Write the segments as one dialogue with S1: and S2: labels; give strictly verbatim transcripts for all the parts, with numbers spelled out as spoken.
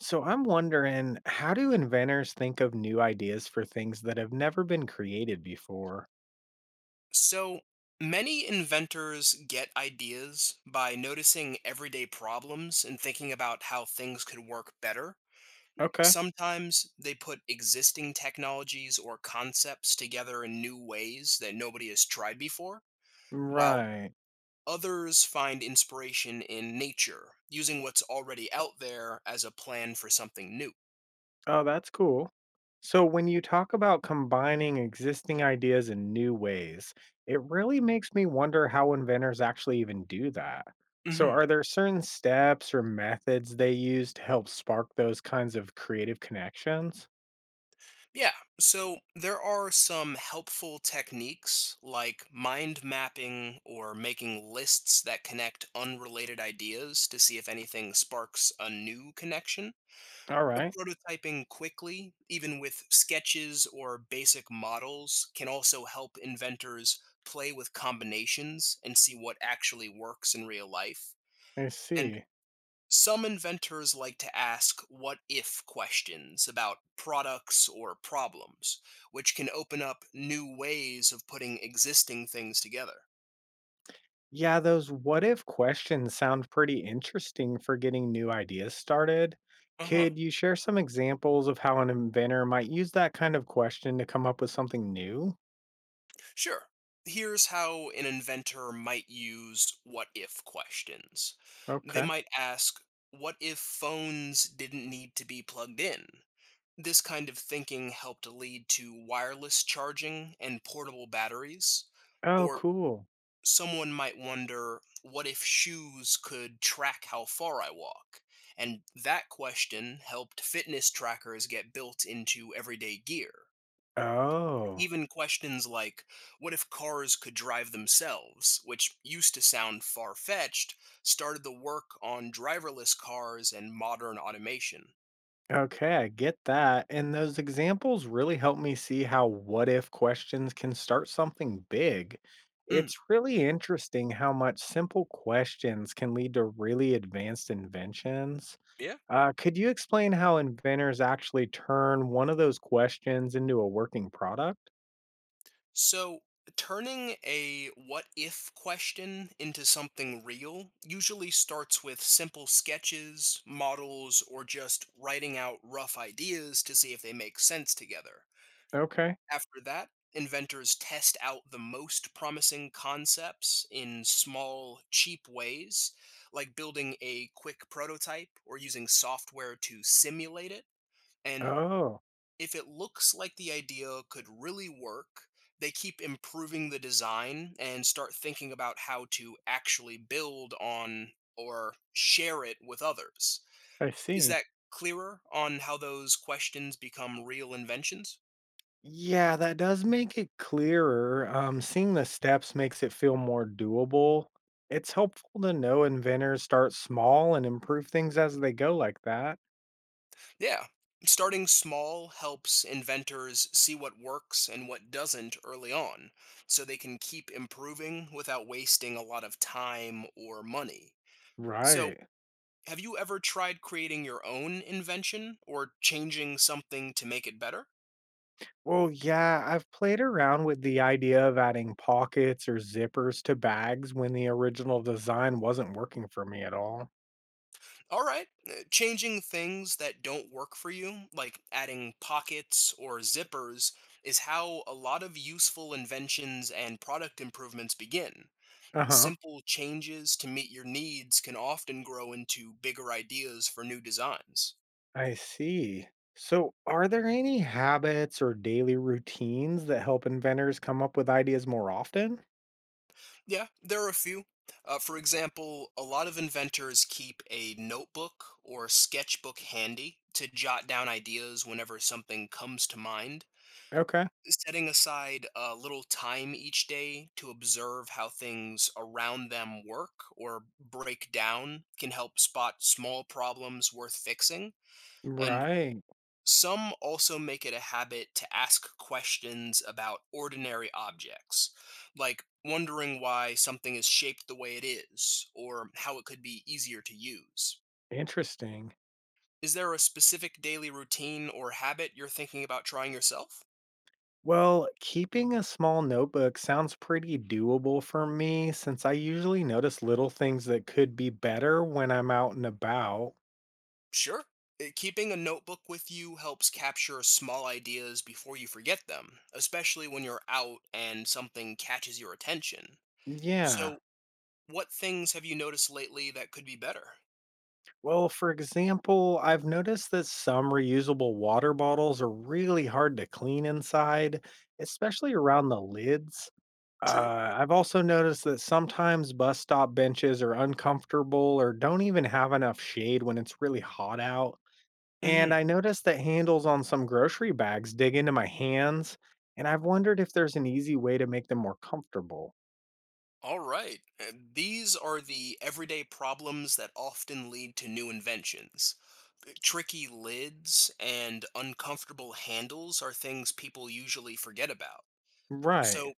S1: So I'm wondering, how do inventors think of new ideas for things that have never been created before?
S2: So many inventors get ideas by noticing everyday problems and thinking about how things could work better.
S1: Okay.
S2: Sometimes they put existing technologies or concepts together in new ways that nobody has tried before, while
S1: Right.
S2: others find inspiration in nature, using what's already out there as a plan for something new.
S1: Oh, that's cool. So when you talk about combining existing ideas in new ways, it really makes me wonder how inventors actually even do that. So
S2: Mhm.
S1: are there certain steps or methods they use to help spark those kinds of creative connections?
S2: Yeah, so there are some helpful techniques like mind mapping or making lists that connect unrelated ideas to see if anything sparks a new connection.
S1: All
S2: The
S1: right.
S2: prototyping quickly, even with sketches or basic models, can also help inventors play with combinations and see what actually works in real life.
S1: I
S2: And
S1: see.
S2: some inventors like to ask what if questions about products or problems, which can open up new ways of putting existing things together.
S1: Yeah, those what if questions sound pretty interesting for getting new ideas started.
S2: Uh huh.
S1: Could you share some examples of how an inventor might use that kind of question to come up with something new?
S2: Sure, here's how an inventor might use what if questions. They
S1: Okay.
S2: might ask, what if phones didn't need to be plugged in? This kind of thinking helped lead to wireless charging and portable batteries.
S1: Oh,
S2: Or
S1: cool.
S2: someone might wonder what if shoes could track how far I walk? And that question helped fitness trackers get built into everyday gear.
S1: Oh,
S2: Even questions like, what if cars could drive themselves, which used to sound far fetched, started the work on driverless cars and modern automation.
S1: okay. I get that. And those examples really help me see how what if questions can start something big.
S2: Mm.
S1: It's really interesting how much simple questions can lead to really advanced inventions.
S2: Yeah.
S1: Uh, could you explain how inventors actually turn one of those questions into a working product?
S2: So, turning a what if question into something real usually starts with simple sketches, models, or just writing out rough ideas to see if they make sense together.
S1: Okay.
S2: After that, inventors test out the most promising concepts in small, cheap ways, like building a quick prototype or using software to simulate it. And
S1: Oh,
S2: if it looks like the idea could really work, they keep improving the design and start thinking about how to actually build on or share it with others.
S1: I
S2: Is
S1: see.
S2: that clearer on how those questions become real inventions?
S1: Yeah, that does make it clearer. Um, seeing the steps makes it feel more doable. It's helpful to know inventors start small and improve things as they go, like that.
S2: Yeah. Starting small helps inventors see what works and what doesn't early on, so they can keep improving without wasting a lot of time or money. So,
S1: Right.
S2: have you ever tried creating your own invention or changing something to make it better?
S1: Well, yeah, I've played around with the idea of adding pockets or zippers to bags when the original design wasn't working for me at all.
S2: All right, uh, changing things that don't work for you, like adding pockets or zippers, is how a lot of useful inventions and product improvements begin.
S1: Uh huh.
S2: Simple changes to meet your needs can often grow into bigger ideas for new designs.
S1: I see. So, are there any habits or daily routines that help inventors come up with ideas more often?
S2: Yeah, there are a few. Uh, for example, a lot of inventors keep a notebook or sketchbook handy to jot down ideas whenever something comes to mind,
S1: Okay.
S2: setting aside a little time each day to observe how things around them work or break down can help spot small problems worth fixing, and
S1: Right.
S2: some also make it a habit to ask questions about ordinary objects, like wondering why something is shaped the way it is, or how it could be easier to use.
S1: Interesting.
S2: Is there a specific daily routine or habit you're thinking about trying yourself?
S1: Well, keeping a small notebook sounds pretty doable for me since I usually notice little things that could be better when I'm out and about.
S2: Sure. Uh, Keeping a notebook with you helps capture small ideas before you forget them, especially when you're out and something catches your attention.
S1: Yeah.
S2: So, what things have you noticed lately that could be better?
S1: Well, for example, I've noticed that some reusable water bottles are really hard to clean inside, especially around the lids.
S2: True.
S1: Uh, I've also noticed that sometimes bus stop benches are uncomfortable or don't even have enough shade when it's really hot out. And
S2: Mhm.
S1: I noticed that handles on some grocery bags dig into my hands, and I've wondered if there's an easy way to make them more comfortable.
S2: All right. uh, These are the everyday problems that often lead to new inventions. Uh, Tricky lids and uncomfortable handles are things people usually forget about. So
S1: Right.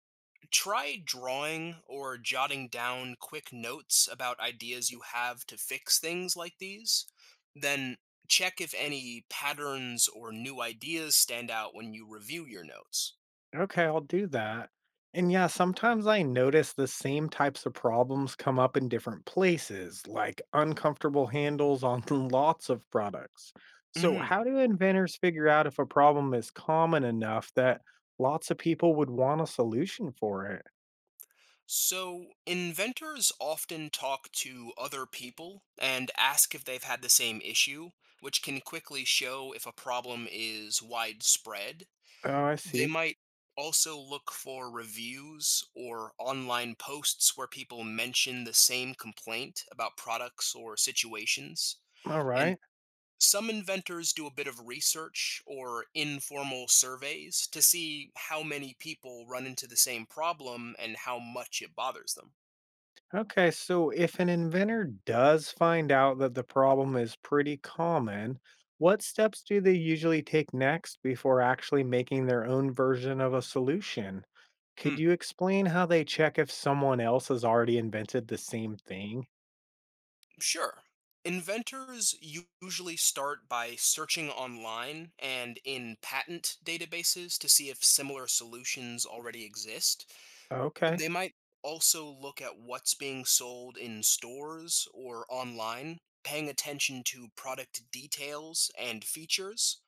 S2: try drawing or jotting down quick notes about ideas you have to fix things like these. Then check if any patterns or new ideas stand out when you review your notes.
S1: Okay, I'll do that. And yeah, sometimes I notice the same types of problems come up in different places, like uncomfortable handles on lots of products. So,
S2: Mhm.
S1: how do inventors figure out if a problem is common enough that lots of people would want a solution for it?
S2: So, inventors often talk to other people and ask if they've had the same issue, which can quickly show if a problem is widespread.
S1: Oh, I
S2: They
S1: see.
S2: might also look for reviews or online posts where people mention the same complaint about products or situations.
S1: All
S2: And
S1: right.
S2: some inventors do a bit of research or informal surveys to see how many people run into the same problem and how much it bothers them.
S1: Okay, so if an inventor does find out that the problem is pretty common, what steps do they usually take next before actually making their own version of a solution?
S2: Hmm,
S1: Could you explain how they check if someone else has already invented the same thing?
S2: sure. Inventors u- usually start by searching online and in patent databases to see if similar solutions already exist.
S1: Okay,
S2: They might also look at what's being sold in stores or online, paying attention to product details and features.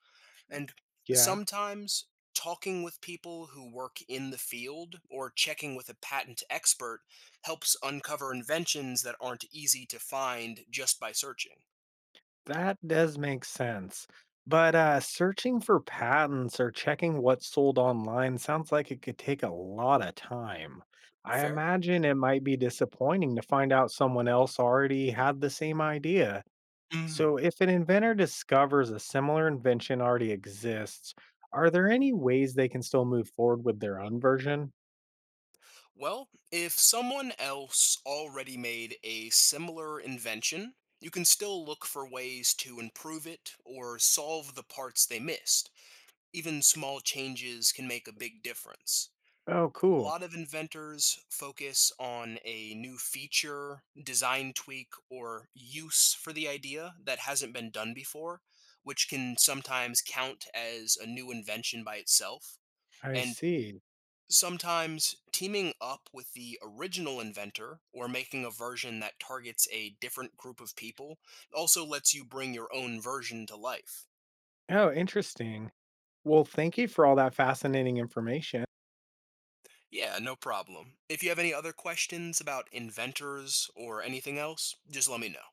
S2: And
S1: yeah.
S2: sometimes talking with people who work in the field or checking with a patent expert helps uncover inventions that aren't easy to find just by searching.
S1: That does make sense. But uh, searching for patents or checking what's sold online sounds like it could take a lot of time. I
S2: Fair?
S1: imagine it might be disappointing to find out someone else already had the same idea.
S2: Hmm.
S1: So, if an inventor discovers a similar invention already exists, are there any ways they can still move forward with their own version?
S2: Well, if someone else already made a similar invention, you can still look for ways to improve it or solve the parts they missed. Even small changes can make a big difference.
S1: Oh,
S2: A
S1: cool.
S2: lot of inventors focus on a new feature, design tweak, or use for the idea that hasn't been done before, which can sometimes count as a new invention by itself.
S1: I
S2: And
S1: see.
S2: sometimes teaming up with the original inventor or making a version that targets a different group of people also lets you bring your own version to life.
S1: Oh, interesting. Well, thank you for all that fascinating information.
S2: Yeah, no problem. If you have any other questions about inventors or anything else, just let me know.